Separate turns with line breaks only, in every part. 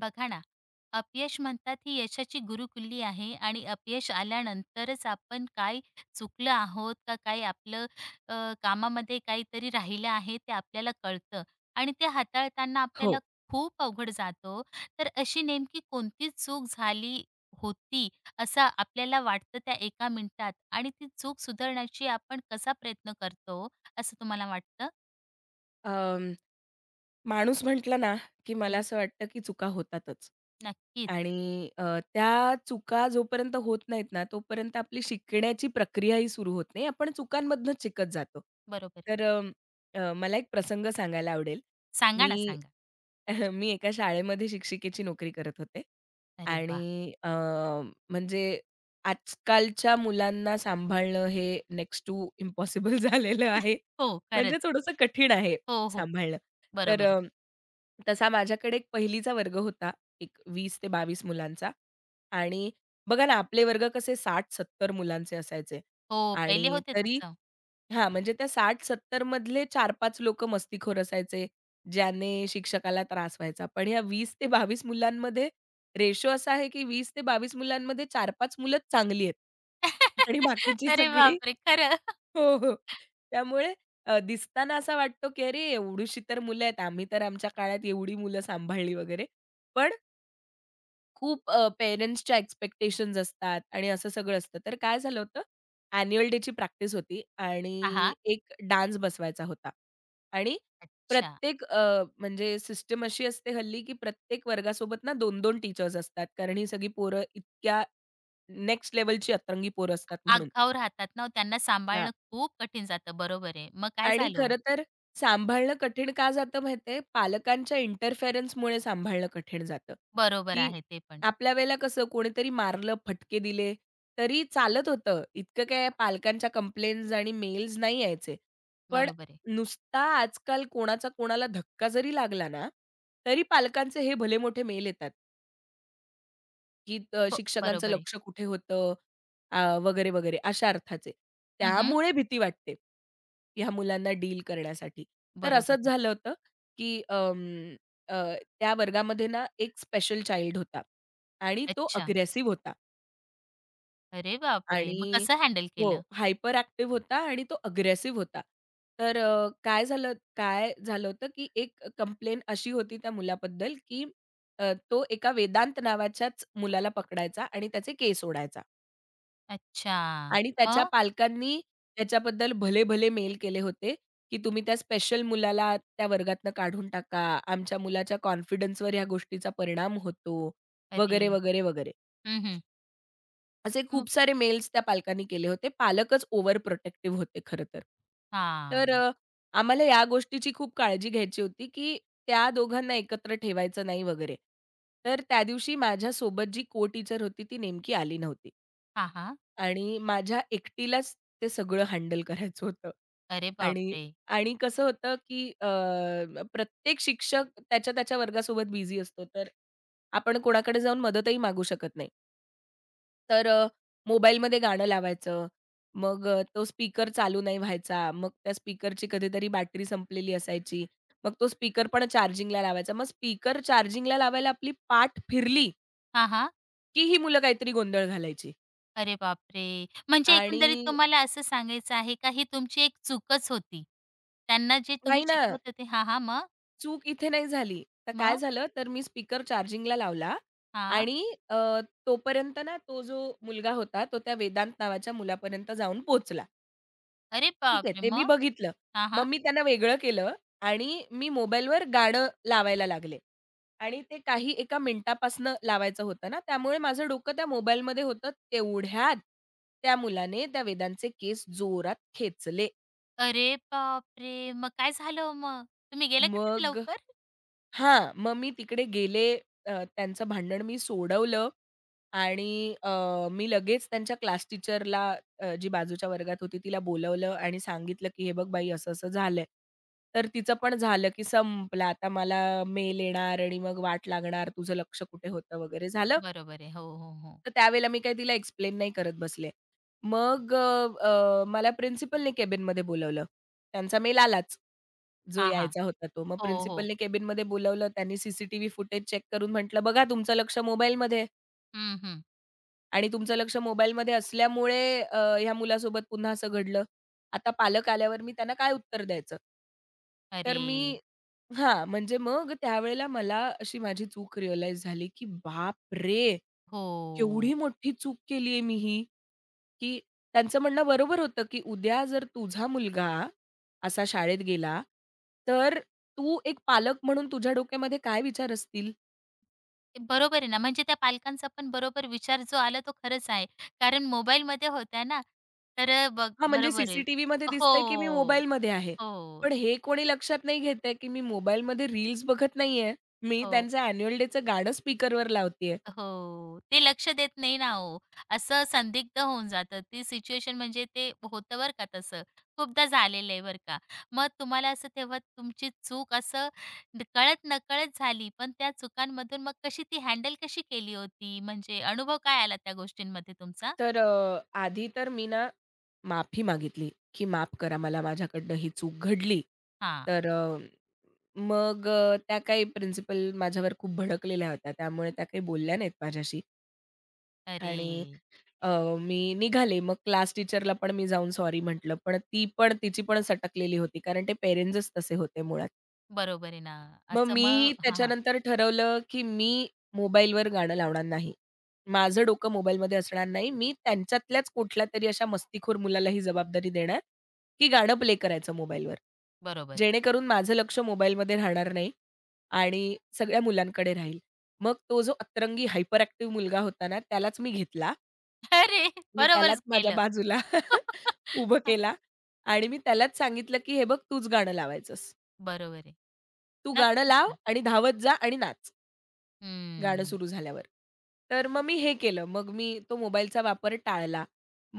बघा ना, अपयश म्हणतात ही यशाची गुरुकिल्ली आहे आणि अपयश आल्यानंतरच आपण काय चुकलं आहोत का काय आपलं कामामध्ये काहीतरी राहिलं आहे ते आपल्याला कळतं आणि ते हाताळताना
हो.
आपल्याला खूप अवघड जातो, तर अशी नेमकी कोणती चूक झाली होती, असं आपल्याला वाटतं त्या एका मिनिटात आणि ती चूक सुधारण्याची आपण कसा प्रयत्न करतो, असं तुम्हाला वाटतं?
अं, माणूस म्हटला ना, की मला
हं.
असं वाटतं, की चुका होतातच.
नक्कीच,
आणि त्या चुका जोपर्यंत होत नाहीत ना, तोपर्यंत आपली शिकण्याची प्रक्रियाही सुरू होत नाही. आपण चुकांमधनंच शिकत जातो.
बरोबर आहे.
तर अ, अ, मला एक प्रसंग सांगायला आवडेल.
सांगा ना,
मी
सांगा.
मी एका शाळेमध्ये शिक्षिकेची नोकरी करत होते.
अरे वाह!
आणि म्हणजे आजकालच्या मुलांना सांभाळणं हे नेक्स्ट टू इम्पॉसिबल झालेलं आहे.
हो,
म्हणजे
खरंच.
थोडंसं कठीण आहे.
हो, हो.
सांभाळणं. तर
बरोबर आहे.
तसा माझ्याकडे एक पहिलीचा वर्ग होता, एक 20 ते 22 मुलांचा आणि बघा ना, आपले वर्ग कसे 60-70 मुलांचे असायचे.
हो, पहिले
आणि
होते
तरी
तसं.
म्हणजे त्या 60-70 मधले 4-5 लोकं मस्तीखोर असायचे, ज्याने शिक्षकाला त्रास व्हायचा. पण ह्या 20 ते 22 मुलांमध्ये रेशो असा आहे, की 20 ते 22 मुलांमध्ये 4-5 मुलंच चांगली आहेत आणि बाकीची
अरे
सगळी.
बापरे! खरं.
हो, हो. त्यामुळे दिसताना असा वाटतो, की अरे एवढीशी तर मुलं आहेत. आम्ही तर आमच्या काळात एवढी मुलं सांभाळली वगैरे. पण खूप पेरेंट्सच्या एक्स्पेक्टेशन्स असतात आणि असं सगळं असतं. तर काय झालं होतं, ॲन्युअल डेची प्रॅक्टिस होती
हां,
आणि
हां.
एक डान्स बसवायचा होता. आणि
अच्छा.
प्रत्येक म्हणजे सिस्टम अशी असते हल्ली, की प्रत्येक वर्गासोबत ना 2-2 टीचर्स असतात. कारण ही सगळी पोरं इतक्या नेक्स्ट लेव्हलची अतरंगी पोरं असतात म्हणून.
आगाऊ राहतात ना, हो, त्यांना
हां.
सांभाळणं खूप कठीण जातं. बरोबर आहे. मग काय
आणि
झालं हो?
खरं तर सांभाळणं कठीण का जातं माहिती आहे? पालकांच्या इंटरफेरन्समुळे सांभाळणं कठीण जातं,
बरोबर
की
आहे ते पण.
आपल्या वेळेला कसं कोणीतरी मारलं, फटके दिले, तरी चालत होतं. इतकं काय पालकांच्या कंप्लेन्स आणि मेल्स नाही यायचे. पण
बरोबर आहे.
नुसता आजकाल कोणाचा कोणाला धक्का जरी लागला ना, तरी पालकांचे हे भले मोठे मेल येतात. की शिक्षकांचं
बरोबर आहे.
लक्ष कुठे होतं वगैरे, वगैरे अशा अर्थाचे.
हं,
त्यामुळे भीती वाटते, ह्या मुलांना डील करण्यासाठी. तर
बरोबर
असंच
आहे.
झालं होतं, की अ, त्या वर्गामध्ये ना एक स्पेशल चाइल्ड होता आणि तो
अच्छा.
अग्रेसिव्ह होता.
अरे बापरे! मग
आणि
कसं हँडल
हो,
केलं?
हायपर ॲक्टिव्ह होता आणि तो अग्रेसिव्ह होता. तर काय झालं होतं, की एक कंप्लेन अशी होती त्या मुलाबद्दल, की तो एका वेदांत नावाच्याच मुलाला पकडायचा आणि त्याचे केस ओढायचा.
अच्छा.
आणि त्याच्या
मग?
पालकांनी त्याच्याबद्दल भले-भले मेल केले होते, की तुम्ही त्या स्पेशल मुलाला त्या वर्गातनं काढून टाका. आमच्या मुलाच्या कॉन्फिडन्सवर ह्या गोष्टीचा परिणाम होतो, वगैरे,
अरे!
वगैरे, वगैरे.
हं, हं.
असे खूप
मग?
सारे मेल्स त्या पालकांनी केले होते. पालकच ओव्हर प्रोटेक्टिव्ह होते खरं तर. तर
हां.
आम्हाला या गोष्टीची खूप काळजी घ्यायची होती, की त्या दोघांना एकत्र ठेवायचं नाही वगैरे. तर त्या दिवशी माझ्यासोबत जी को-टीचर होती ती नेमकी आली नव्हती
हां, हां.
आणि माझ्या एकटीलाच ते सगळं हँडल करायचं होतं.
अरे
आणि
बापरे!
आणि कसं होतं, की प्रत्येक शिक्षक त्याच्या वर्गासोबत बिझी असतो. तर आपण कोणाकडे जाऊन मदतही मागू शकत नाही. तर मोबाईलमध्ये गाणं लावायचं. मग तो स्पीकर चालू नाही व्हायचा. मग त्या स्पीकरची कधीतरी बॅटरी संपलेली असायची. मग तो स्पीकर पण चार्जिंगला लावायचा. मग स्पीकर चार्जिंगला लावायला आपली पाठ फिरली,
हां, हां.
की ही मुलं काहीतरी गोंधळ घालायची.
अरे बापरे! म्हणजे
आणि
एकंदरीत तुम्हाला असं सांगायचं आहे का ही तुमची एक चूकच होती. त्यांना जे तुम्ही
नाही ना,
शिकवत होते हां, हां. मग?
चूक इथे नाही झाली. तर काय
मग?
झालं, तर मी स्पीकर चार्जिंगला लावला
हां.
आणि अ, तोपर्यंत ना तो जो मुलगा होता, तो त्या वेदांत नावाच्या मुलापर्यंत जाऊन पोहोचला.
अरे
ठीक आहे,
बापरे!
ते मी
मग?
बघितलं.
हां, हां.
मग मी त्यांना वेगळं केलं आणि मी मोबाईलवर गाणं लावायला लागले आणि ते काही एका मिनिटापासनं लावायचं होतं ना, त्यामुळे माझं डोकं त्या मोबाईलमध्ये होतं. तेवढ्यात त्या मुलाने त्या वेदांचे केस जोरात खेचले.
अरे बापरे! मग काय झालं ओ मग? तुम्ही गेले का तिथे
मग
लवकर?
मग मी तिकडे गेले. त्यांचं भांडण मी सोडवलं. आणि मी लगेच त्यांच्या क्लास टीचरला जी बाजूच्या वर्गात होती तिला बोलावलं आणि सांगितलं, की "हे बघ बाई असं-असं झालंय." तर तिचं पण झालं, की संपलं. आता मला मेल येणार आणि मग वाट लागणार, "तुझं लक्ष कुठे होतं?" वगैरे झालं.
बरोबर आहे. हो, हो, हो.
तर त्यावेळेला मी काही तिला एक्सप्लेन नाही करत बसले. मग अ, अ, मला प्रिन्सिपलने केबिनमध्ये बोलावलं. त्यांचा मेल आलाच, जो
हां, हां.
यायचा होता तो. मग
हो, हो.
प्रिन्सिपलने केबिनमध्ये बोलावलं. त्यांनी सीसीटीव्ही फुटेज चेक करून म्हटलं, "बघा तुमचं लक्ष मोबाईलमध्ये आहे."
हं, हं.
आणि तुमचं लक्ष मोबाईलमध्ये असल्यामुळे ह्या मुलासोबत पुन्हा असं घडलं. आता पालक आल्यावर मी त्यांना काय उत्तर द्यायचं?
अरे!
तर मी म्हणजे मग त्यावेळेला मला अशी माझी चूक रिअलाईज झाली, की बापरे! केवढी
हो.
मोठी चूक केली आहे मी ही, की त्यांचं म्हणणं बरोबर होतं, की उद्या जर तुझा मुलगा असा शाळेत गेला, तर तू एक पालक म्हणून तुझ्या डोक्यामध्ये काय विचार असतील?
ते बरोबर आहे ना, म्हणजे त्या पालकांचा पण बरोबर विचार जो आला तो खरंच आहे. कारण मोबाईलमध्ये होत्या ना, तर बघ
म्हणजे
बरोबर आहे.
सीसीटीव्हीमध्ये दिसतंय, की मी
हो,
मोबाईलमध्ये आहे.
हो.
पण हे कोणी लक्षात नाही घेत आहे, की मी मोबाईलमध्ये रील्स बघत नाहीये. मी
हो.
त्यांचं अॅन्युअल डेचं गाणं स्पीकरवर लावतीये.
हो. ते लक्ष देत नाही ना हो. असं संदिग्ध होऊन जातं. ती सिच्युएशन म्हणजे ते होतं बरं का तसं. खूपदा झालेलं आहे बरं का. मग तुम्हाला असं तेव्हा तुमची चूक असं कळत-नकळत झाली, पण त्या चुकांमधून मग कशी ती हँडल कशी केली होती? म्हणजे अनुभव काय आला त्या गोष्टींमध्ये तुमचा?
तर आधी तर मी ना माफी मागितली, की माफ करा मला माझ्याकडनं ही चूक घडली.
हां.
तर मग त्या काही प्रिन्सिपल माझ्यावर खूप भडकलेल्या होत्या. त्यामुळे त्या काही बोलल्या नाहीत माझ्याशी
अरे!
आणि अ, मी निघाले. मग क्लास टीचरला पण मी जाऊन सॉरी म्हटलं. पण ती पण तिची पण सटकलेली होती, कारण ते पेरेंट्सच तसे होते मुळात.
बरोबर आहे ना.
मग
असं
मी
मग हां, हां.
त्याच्यानंतर ठरवलं, की मी मोबाईलवर गाणं लावणार नाही. माझं डोकं मोबाईलमध्ये असणार नाही. मी त्यांच्यातल्याच कुठल्यातरी अशा मस्तीखोर मुलाला ही जबाबदारी देणार, की गाणं प्ले करायचं मोबाईलवर.
बरोबर.
जेणेकरून माझं लक्ष मोबाईलमध्ये राहणार नाही आणि सगळ्या मुलांकडे राहील. मग तो जो अतरंगी हायपर ॲक्टिव्ह मुलगा होता ना, त्यालाच मी घेतला.
अरे!
मी त्यालाच
बरोबरच
माझ्या
केलं.
बाजूला उभं केला आणि मी त्यालाच सांगितलं, की "हे बघ तूच गाणं लावायचंस.
बरोबर आहे.
तू गाणं
नक्कीच
लाव
ना.
आणि धावत जा आणि नाच." गाणं
हं.
सुरू झाल्यावर. तर मग मी हे केलं. मग मी तो मोबाईलचा वापर टाळला.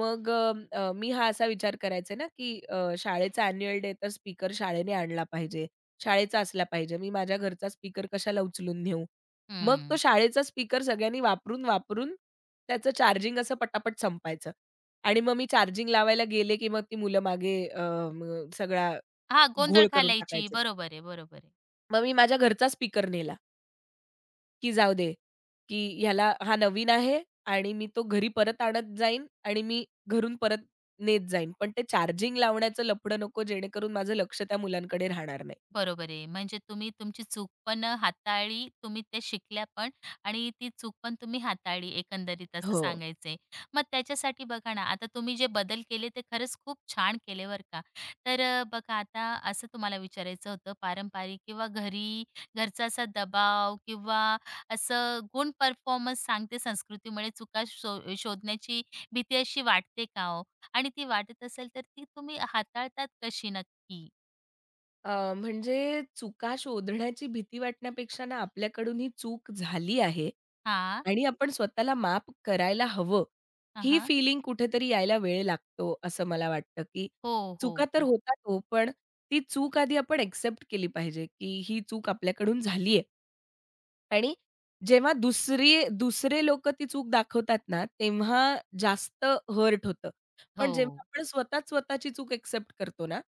मग अ, अ, मी हा असा विचार करायचे ना, की शाळेचा ॲन्युअल डे तर स्पीकर शाळेने आणला पाहिजे. शाळेचा असला पाहिजे. मी माझ्या घरचा स्पीकर कशाला उचलून नेऊ? मग तो
हं.
शाळेचा स्पीकर सगळ्यांनी वापरून, वापरून त्याचं चार्जिंग असं पटापट संपायचं. आणि मग मी चार्जिंग लावायला गेले, की मग ती मुलं मागे अ, म सगळा
हां, गोंधळ
घोळ करून
घालायची.
टाकायचे.
बरोबर आहे, बरोबर आहे.
मग मी माझ्या घरचा स्पीकर नेला. की जाऊ दे, की ह्याला हा नवीन आहे आणि मी तो घरी परत आणत जाईन आणि मी घरून परत नेत जाईन. पण ते चार्जिंग लावण्याचं लफडं नको, जेणेकरून माझं लक्ष त्या मुलांकडे राहणार नाही.
बरोबर आहे. म्हणजे तुम्ही तुमची चूक पण हाताळली, तुम्ही ते शिकल्या पण आणि ती चूक पण तुम्ही हाताळली एकंदरीत असं
हो.
सांगायचंय. मग त्याच्यासाठी बघा ना, आता तुम्ही जे बदल केले ते खरंच खूप छान केले बरं का. बघा आता असं तुम्हाला विचारायचं होतं पारंपरिक किंवा घरी घरचा असा दबाव किंवा असं गुण परफॉर्मन्स सांगते संस्कृतीमुळे चुका शोधण्याची भीती अशी वाटते का हो? आणि ती वाटत असेल तर ती तुम्ही हाताळतात कशी नक्की?
म्हणजे चुका शोधण्याची भीती वाटण्यापेक्षा ना, आपल्याकडून ही चूक झाली आहे
हां.
आणि आपण स्वतःला माफ करायला हवं, ही
हां,
फीलिंग कुठेतरी यायला वेळ लागतो, असं मला वाटतं, की
हो, हो,
चुका तर
हो.
होतात हो, पण ती चूक आधी आपण एक्सेप्ट केली पाहिजे, की ही चूक आपल्याकडून झाली आणि जेव्हा दुसरे लोकं ती चूक दाखवतात ना, तेव्हा जास्त हर्ट होतं. पण जेव्हा
हो,
आपण स्वतःच स्वतःची चूक एक्सेप्ट करतो ना,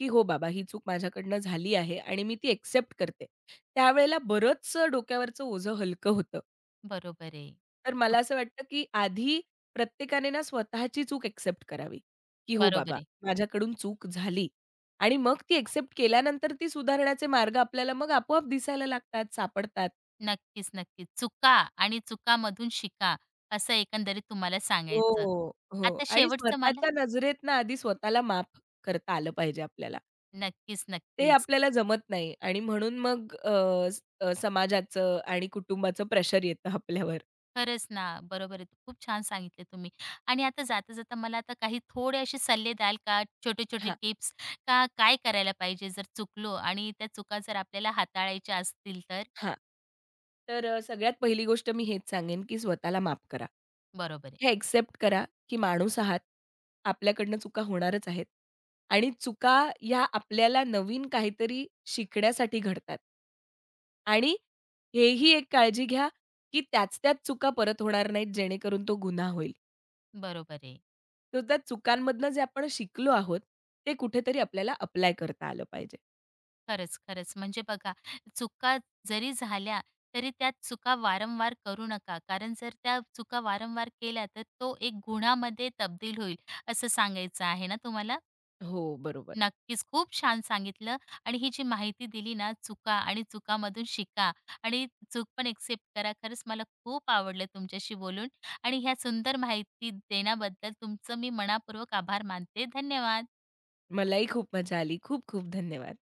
की "हो बाबा, ही चूक माझ्याकडनं झाली आहे आणि मी ती एक्सेप्ट करते." त्यावेळेला बरंचसं डोक्यावरचं ओझं हलकं होतं.
बरोबर आहे.
तर
हो,
मला असं वाटतं, की आधी प्रत्येकाने ना स्वतःची चूक एक्सेप्ट करावी, की "हो
बरोबर
बाबा,
आहे.
माझ्याकडून चूक झाली." आणि मग ती एक्सेप्ट केल्यानंतर ती सुधारण्याचे मार्ग आपल्याला मग आपोआप दिसायला लागतात, सापडतात.
नक्कीच, नक्कीच. चुका आणि चुकामधून शिका, असं एकंदरीत तुम्हाला सांगायचं.
हो, हो.
आता
आणि
शेवटचं मला
स्वतःच्या नजरेतनं आधी स्वतःला माफ करता आलं पाहिजे आपल्याला.
नक्कीच,
ते
नक्कीच.
आपल्याला जमत नाही आणि म्हणून मग समाजाचं आणि कुटुंबाचं प्रेशर येतं आपल्यावर.
खरंच ना, बरोबर आहे. खूप छान सांगितले तुम्ही. आणि आता जाता-जाता मला आता काही थोडे असे सल्ले द्याल का? छोटे-छोटे
हां,
टिप्स का काय करायला पाहिजे जर चुकलो आणि त्या चुका जर आपल्याला हाताळायच्या असतील तर?
हां. तर सगळ्यात पहिली गोष्ट मी हेच सांगेन, की स्वतःला माफ करा.
बरोबर आहे,
हे एक्सेप्ट करा, की माणूस आहात. आपल्याकडनं चुका होणारच आहेत आणि चुका ह्या आपल्याला नवीन काहीतरी शिकण्यासाठी घडतात. आणि हेही एक काळजी घ्या, की त्याच त्याच चुका परत होणार नाहीत जेणेकरून तो गुन्हा होईल.
बरोबर आहे.
तर त्या चुकांमधनं जे आपण शिकलो आहोत, ते कुठेतरी आपल्याला अप्लाय करता आलं पाहिजे.
खरंच, खरंच. म्हणजे बघा, चुका जरी झाल्या, तरी त्या चुका वारंवार करू नका. कारण जर त्या चुका वारंवार केल्या, तर तो एक गुन्हामध्ये तब्दील होईल, असं सांगायचं आहे ना तुम्हाला?
हो, बरोबर.
नक्कीच, खूप छान सांगितलं आणि ही जी माहिती दिली ना, चुका आणि चुकामधून शिका आणि चूक पण एक्सेप्ट करा. खरंच मला खूप आवडलं तुमच्याशी बोलून आणि ह्या सुंदर माहिती देण्याबद्दल तुमचं मी मनापूर्वक आभार मानते. धन्यवाद.
मलाही खूप मजा आली. खूप खूप धन्यवाद.